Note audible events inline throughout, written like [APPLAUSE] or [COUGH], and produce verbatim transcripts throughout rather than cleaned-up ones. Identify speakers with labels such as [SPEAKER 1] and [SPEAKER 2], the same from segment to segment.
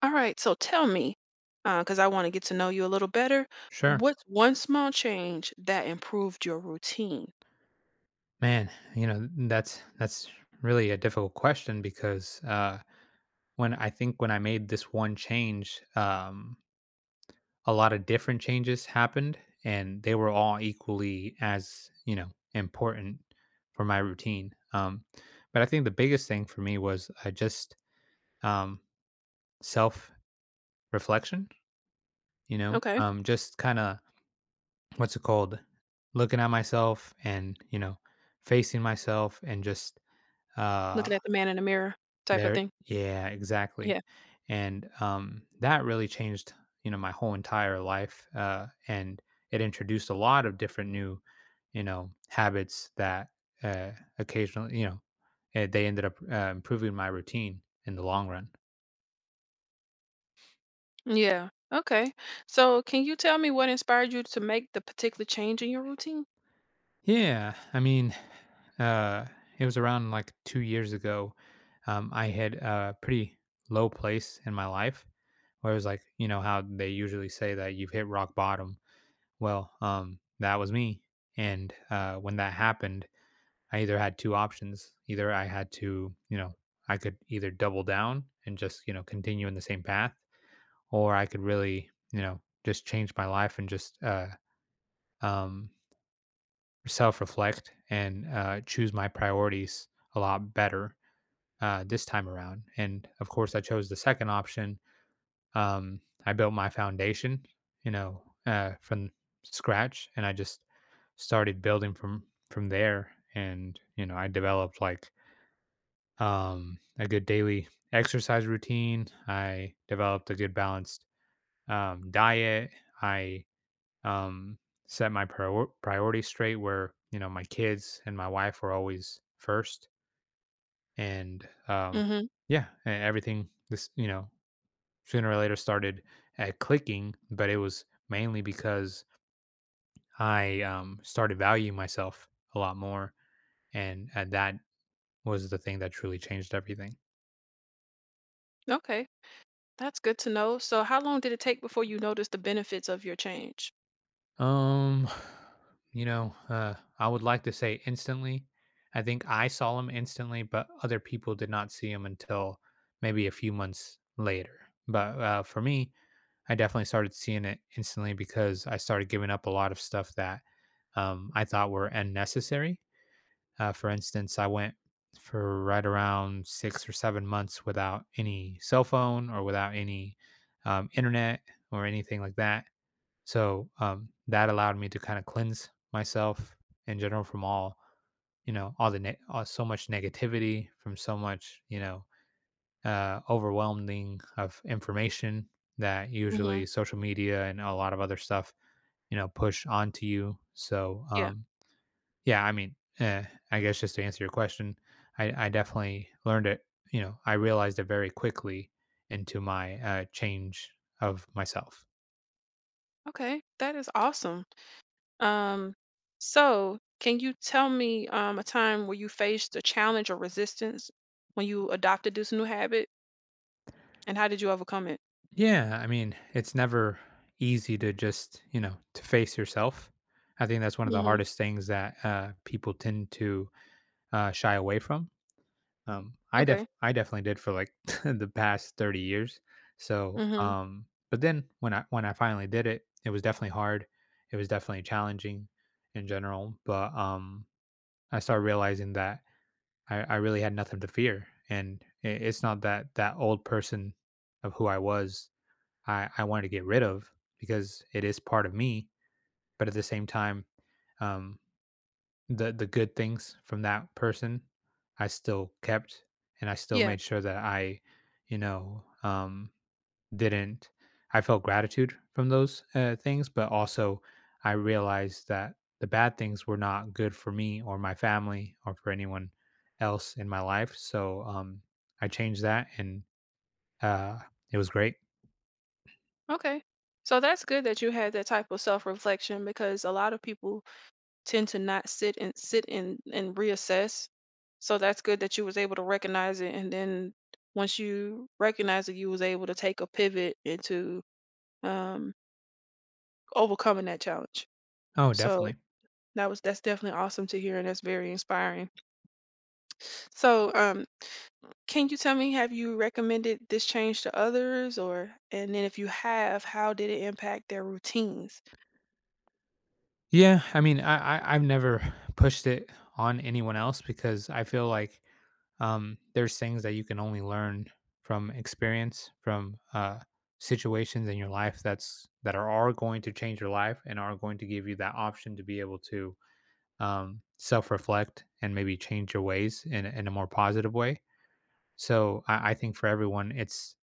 [SPEAKER 1] All right, so tell me, because I want to get to know you a little better.
[SPEAKER 2] Sure.
[SPEAKER 1] What's one small change that improved your routine?
[SPEAKER 2] Man, you know, that's that's really a difficult question because uh when I think when I made this one change, um a lot of different changes happened, and they were all equally as, you know, important for my routine. Um but I think the biggest thing for me was I just, um self reflection, you know,
[SPEAKER 1] Okay,
[SPEAKER 2] um just kind of what's it called, looking at myself and, you know, facing myself, and just uh
[SPEAKER 1] looking at the man in the mirror type of
[SPEAKER 2] there,
[SPEAKER 1] thing.
[SPEAKER 2] yeah, exactly,
[SPEAKER 1] Yeah.
[SPEAKER 2] and, um, that really changed, you know, my whole entire life, uh, and it introduced a lot of different new, you know, habits that, uh, occasionally, you know, eh, they ended up, uh, improving my routine in the long run.
[SPEAKER 1] Yeah. Okay. So, can you tell me what inspired you to make the particular change in your routine?
[SPEAKER 2] Yeah, I mean, uh, it was around, like, two years ago. um, I had a pretty low place in my life where it was like, you know, how they usually say that you've hit rock bottom. Well, um, that was me, and, uh, when that happened, I either had two options. Either I had to, you know I could either double down and just, you know, continue in the same path, or I could really, you know, just change my life and just, uh, um, self-reflect and, uh, choose my priorities a lot better, uh, this time around, and, of course, I chose the second option. Um, I built my foundation, you know, uh, from scratch, and I just started building from from there. And you know I developed, like, um a good daily exercise routine. I developed a good balanced, um diet. I, um set my prior- priorities straight, where you know my kids and my wife were always first. And um
[SPEAKER 1] Mm-hmm.
[SPEAKER 2] yeah, e- everything, this, you know sooner or later, started at clicking, but it was mainly because I, um started valuing myself a lot more, and at that was the thing that truly changed everything.
[SPEAKER 1] Okay, that's good to know. So, how long did it take before you noticed the benefits of your change?
[SPEAKER 2] Um, [SIGHS] you know, uh, I would like to say instantly. I think I saw him instantly, but other people did not see him until maybe a few months later. But uh, for me, I definitely started seeing it instantly, because I started giving up a lot of stuff that, um, I thought were unnecessary. Uh, for instance, I went for right around six or seven months without any cell phone or without any, um, internet or anything like that. So, um, that allowed me to kind of cleanse myself in general from all you know all the ne- all, so much negativity, from so much, you know uh, overwhelming of information that
[SPEAKER 1] Mm-hmm.
[SPEAKER 2] usually social media and a lot of other stuff you know push onto you. So,
[SPEAKER 1] Yeah.
[SPEAKER 2] um, yeah, I mean, eh, I guess, just to answer your question, I, I definitely learned it. You know, I realized it very quickly into my, uh, change of myself.
[SPEAKER 1] Okay, that is awesome. Um, so can you tell me um, a time where you faced a challenge or resistance when you adopted this new habit, and how did you overcome it?
[SPEAKER 2] Yeah, I mean, it's never easy to just, you know, to face yourself. I think that's one of the
[SPEAKER 1] Hmm.
[SPEAKER 2] hardest things that, uh, people tend to, uh, shy away from. Um, I def
[SPEAKER 1] Okay.
[SPEAKER 2] I definitely did for like [LAUGHS] the past thirty years. So,
[SPEAKER 1] Hmm.
[SPEAKER 2] um, but then when I when I finally did it, it was definitely hard. It was definitely challenging in general, but, um, I started realizing that I, I really had nothing to fear, and i- it's not that that old person of who I was I I wanted to get rid of, because it is part of me, but at the same time, um, the the good things from that person I still kept, and I still
[SPEAKER 1] Yeah.
[SPEAKER 2] made sure that I, you know, um, didn't. I felt gratitude from those, uh, things, but also I realized that the bad things were not good for me or my family or for anyone else in my life. So, um, I changed that, and, uh, it was great.
[SPEAKER 1] Okay. So that's good that you had that type of self-reflection because a lot of people tend to not sit and sit and and reassess. So that's good that you was able to recognize it, and then once you recognize it, you was able to take a pivot into um, overcoming that challenge.
[SPEAKER 2] Oh,
[SPEAKER 1] So
[SPEAKER 2] definitely.
[SPEAKER 1] that was that's definitely awesome to hear, and that's very inspiring. So, um, can you tell me, have you recommended this change to others, or and then if you have, how did it impact their routines?
[SPEAKER 2] Yeah, I mean, I, I I've never pushed it on anyone else, because I feel like, um, there's things that you can only learn from experience, from, uh, situations in your life that's that are, are going to change your life and are going to give you that option to be able to, um, self-reflect and maybe change your ways in a- in a more positive way. So I, I think for everyone, it's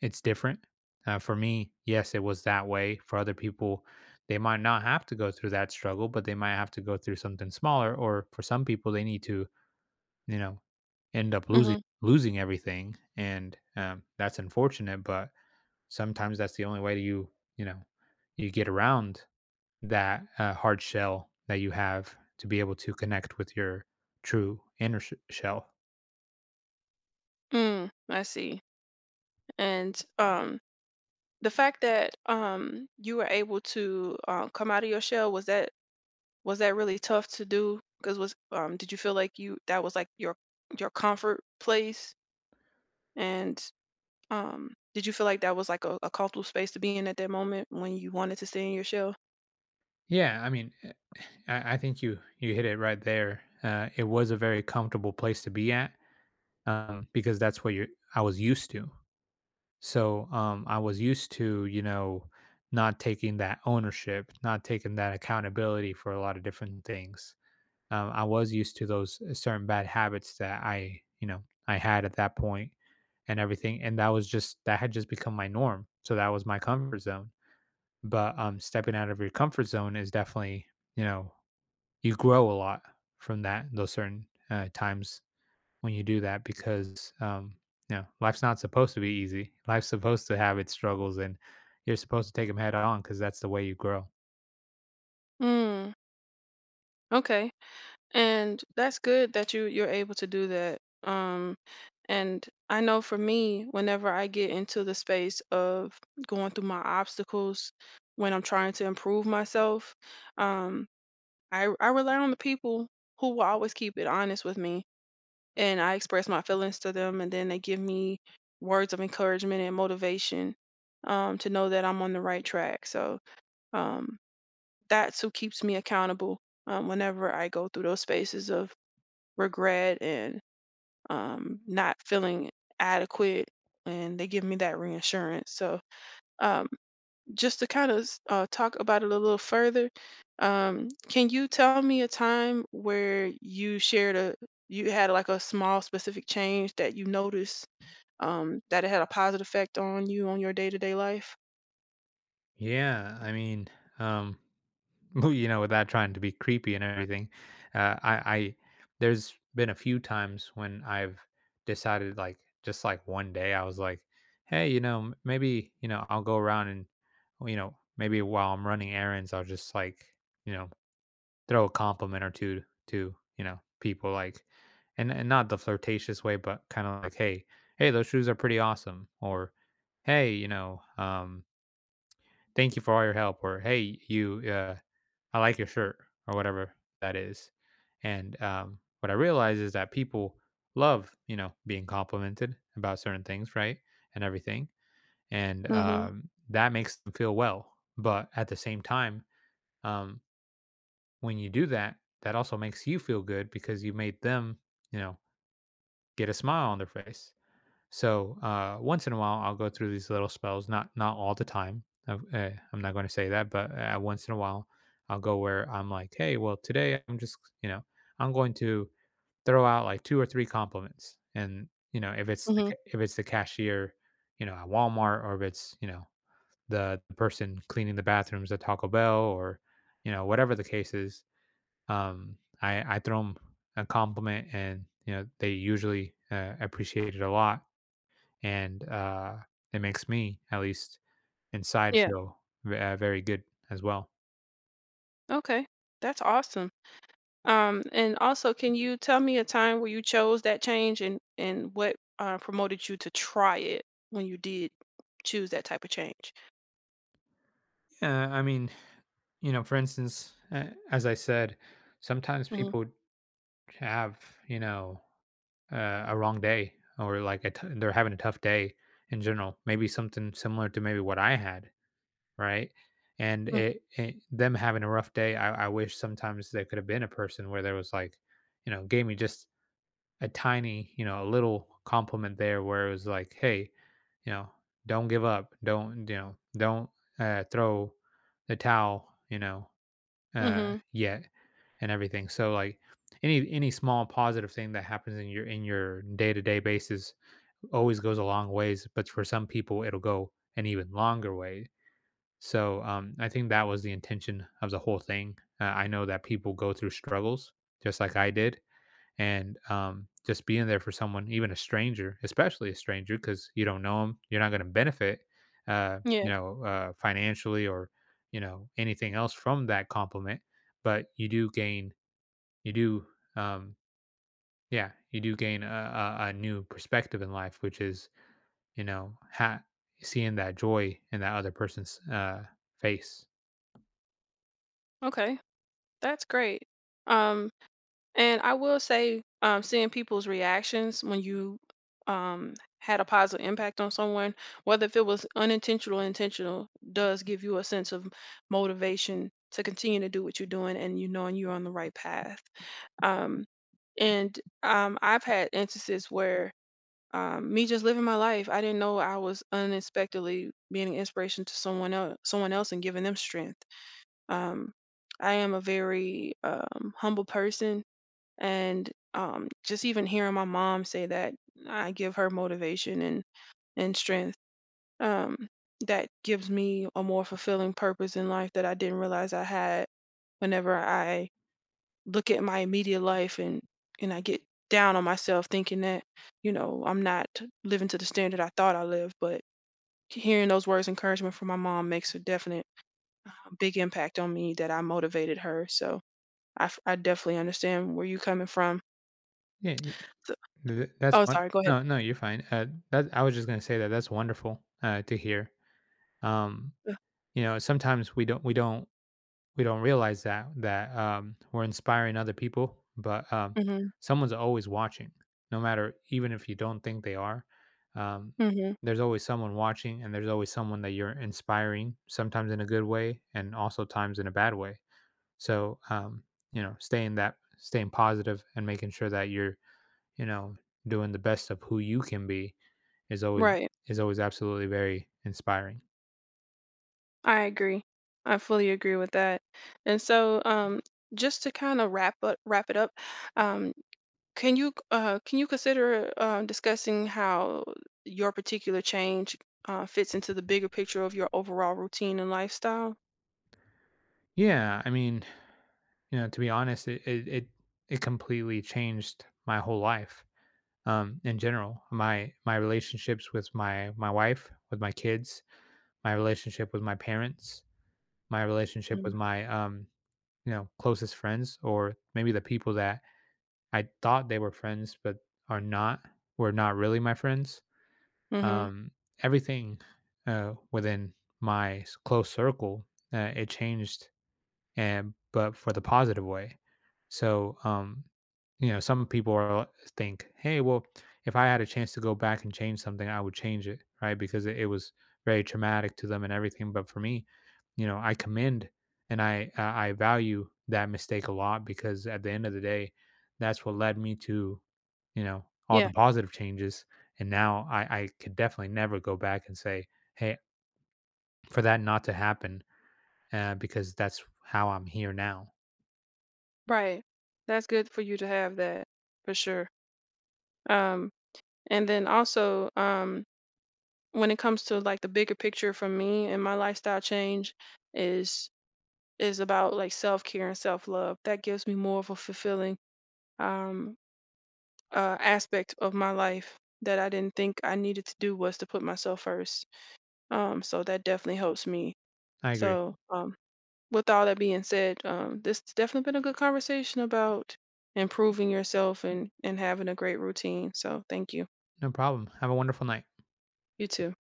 [SPEAKER 2] it's different. Uh, for me, yes, it was that way. For other people, they might not have to go through that struggle, but they might have to go through something smaller. Or for some people, they need to, you know, end up losing
[SPEAKER 1] Hmm.
[SPEAKER 2] losing everything, and, um, that's unfortunate. But sometimes that's the only way you, you know, you get around that, uh, hard shell, that you have to be able to connect with your true inner sh- shell.
[SPEAKER 1] Mm, I see. And um, the fact that um you were able to uh, come out of your shell was that was that really tough to do? Because was um did you feel like you that was like your your comfort place? And Um, did you feel like that was like a, a comfortable space to be in at that moment when you wanted to stay in your shell?
[SPEAKER 2] Yeah, I mean, eh, I, I think you you hit it right there. Uh, it was a very comfortable place to be at, um, because that's what you — I was used to. So, um, I was used to, you know, not taking that ownership, not taking that accountability for a lot of different things. Um, I was used to those, uh, certain bad habits that I you know I had at that point and everything, and that was just that had just become my norm. So that was my comfort zone. But, um, stepping out of your comfort zone is definitely, you know you grow a lot from that those certain, uh, times when you do that, because, um, you know life's not supposed to be easy. Life's supposed to have its struggles, and you're supposed to take them head on, because that's the way you grow.
[SPEAKER 1] Mm, okay. And that's good that you you're able to do that. Um, and I know for me, whenever I get into the space of going through my obstacles, when I'm trying to improve myself, um, I I rely on the people who will always keep it honest with me and I express my feelings to them, and then they give me words of encouragement and motivation um, to know that I'm on the right track. So um, that's who keeps me accountable um, whenever I go through those spaces of regret and um, not feeling adequate, and they give me that reassurance. So um, just to kind of uh, talk about it a little further, um, can you tell me a time where you shared a you had like a small specific change that you noticed um, that it had a positive effect on you on your day to day life?
[SPEAKER 2] Yeah, I mean, um, [LAUGHS] you know, without trying to be creepy and everything, uh, I, I there's been a few times when I've decided like, just like one day I was like, hey, you know, m- maybe you know I'll go around and you know maybe while I'm running errands I'll just like, you know throw a compliment or two to, you know, people, like. And and not the flirtatious way, but kind of like, "Hey, hey, those shoes are pretty awesome," or "Hey, you know, um, thank you for all your help," or "Hey, you, uh, I like your shirt," or whatever that is. And, um, what I realize is that people love, you know, being complimented about certain things, right, and everything, and,
[SPEAKER 1] Mm-hmm.
[SPEAKER 2] um, that makes them feel well. But at the same time, um, when you do that, that also makes you feel good, because you made them, you know, get a smile on their face. So, uh, once in a while, I'll go through these little spells. Not not all the time. I've, uh, I'm not going to say that, but, uh, once in a while, I'll go where I'm like, hey, well, today I'm just, you know, I'm going to throw out like two or three compliments. And, you know, if it's the,
[SPEAKER 1] Mm-hmm.
[SPEAKER 2] ca- if it's the cashier, you know, at Walmart, or if it's, you know the, the person cleaning the bathrooms at Taco Bell, or you know, whatever the case is, um, I I throw them a compliment, and you know they usually, uh, appreciate it a lot, and, uh, it makes me at least inside
[SPEAKER 1] Yeah.
[SPEAKER 2] feel ve- uh, very good as well.
[SPEAKER 1] Okay. That's awesome. Um, and also, can you tell me a time where you chose that change and and what uh, promoted you to try it when you did choose that type of change?
[SPEAKER 2] Yeah, I mean, you know, for instance, uh, as I said, sometimes
[SPEAKER 1] Mm-hmm.
[SPEAKER 2] people have, you know uh, a wrong day, or like a t- they're having a tough day in general. Maybe something similar to maybe what I had, right? And it, it them having a rough day, I, I wish sometimes there could have been a person where there was like, you know, gave me just a tiny, you know, a little compliment there where it was like, hey, you know, don't give up, don't, you know, don't, uh, throw the towel, you know, uh,
[SPEAKER 1] Mm-hmm.
[SPEAKER 2] yet, and everything. So like any any small positive thing that happens in your in your day to day basis always goes a long ways, but for some people it'll go an even longer way. So, um, I think that was the intention of the whole thing. Uh, I know that people go through struggles just like I did, and, um, just being there for someone, even a stranger, especially a stranger, because you don't know them, you're not going to benefit, uh,
[SPEAKER 1] Yeah.
[SPEAKER 2] you know, uh, financially or you know anything else from that compliment, but you do gain, you do, um, yeah, you do gain a, a, a new perspective in life, which is you know ha- seeing that joy in that other person's, uh, face.
[SPEAKER 1] Okay. That's great. Um, and I will say, um, seeing people's reactions when you um, had a positive impact on someone, whether if it was unintentional or intentional, does give you a sense of motivation to continue to do what you're doing and you knowing you're on the right path. Um, and um, I've had instances where um, me just living my life, I didn't know I was unexpectedly being an inspiration to someone else, someone else, and giving them strength. Um, I am a very um, humble person, and um, just even hearing my mom say that, I give her motivation and and strength. Um, that gives me a more fulfilling purpose in life that I didn't realize I had. Whenever I look at my immediate life and and I get down on myself, thinking that you know I'm not living to the standard I thought I lived, but hearing those words of encouragement from my mom makes a definite big impact on me that I motivated her. So I f I definitely understand where you coming from.
[SPEAKER 2] Yeah,
[SPEAKER 1] So
[SPEAKER 2] Th that's
[SPEAKER 1] oh,
[SPEAKER 2] one —
[SPEAKER 1] sorry, go ahead.
[SPEAKER 2] no, no, you're fine. Uh, that I was just gonna say, that that's wonderful, uh, to hear. Um,
[SPEAKER 1] Mm.
[SPEAKER 2] you know, sometimes we don't we don't we don't realize that that, um, we're inspiring other people, but, um,
[SPEAKER 1] Mhm.
[SPEAKER 2] someone's always watching, no matter, even if you don't think they are. Um,
[SPEAKER 1] Mm. Mhm.
[SPEAKER 2] there's always someone watching, and there's always someone that you're inspiring, sometimes in a good way and also times in a bad way. So, um, you know, staying that staying positive and making sure that you're, you know, doing the best of who you can be is always
[SPEAKER 1] Right.
[SPEAKER 2] is always absolutely very inspiring.
[SPEAKER 1] I agree. I fully agree with that. And so, um, just to kinda wrap up wrap it up, um, can you uh, can you consider uh, discussing how your particular change uh, fits into the bigger picture of your overall routine and lifestyle?
[SPEAKER 2] Yeah, I mean, you know, to be honest, it it it, it completely changed my whole life. Um, in general, my my relationships with my my wife, with my kids, my relationship with my parents, my relationship with
[SPEAKER 1] Mm.
[SPEAKER 2] my, um, you know, closest friends, or maybe the people that I thought they were friends but are not, were not really my friends,
[SPEAKER 1] Mm-hmm.
[SPEAKER 2] um, everything, uh, within my s- close circle, uh, it changed, and but for the positive way. So, um, you know, some people are, think, "Hey, well, if I had a chance to go back and change something, I would change it," right? Because it, it was very traumatic to them and everything. But for me, you know, I commend, and I I I value that mistake a lot, because at the end of the day, that's what led me to, you know, all the
[SPEAKER 1] Yeah,
[SPEAKER 2] positive changes. And now I I could definitely never go back and say, "Hey, for that not to happen," uh, because that's how I'm here now.
[SPEAKER 1] right. That's good for you to have that for sure. Um, And then also, um, when it comes to like the bigger picture for me and my lifestyle change is is about like self-care and self-love. That gives me more of a fulfilling um uh aspect of my life that I didn't think I needed to do was to put myself first. Um, so that definitely helps me.
[SPEAKER 2] I agree.
[SPEAKER 1] So, um, with all that being said, um, this has definitely been a good conversation about improving yourself and and having a great routine. So, thank you.
[SPEAKER 2] No problem. Have a wonderful night.
[SPEAKER 1] You too.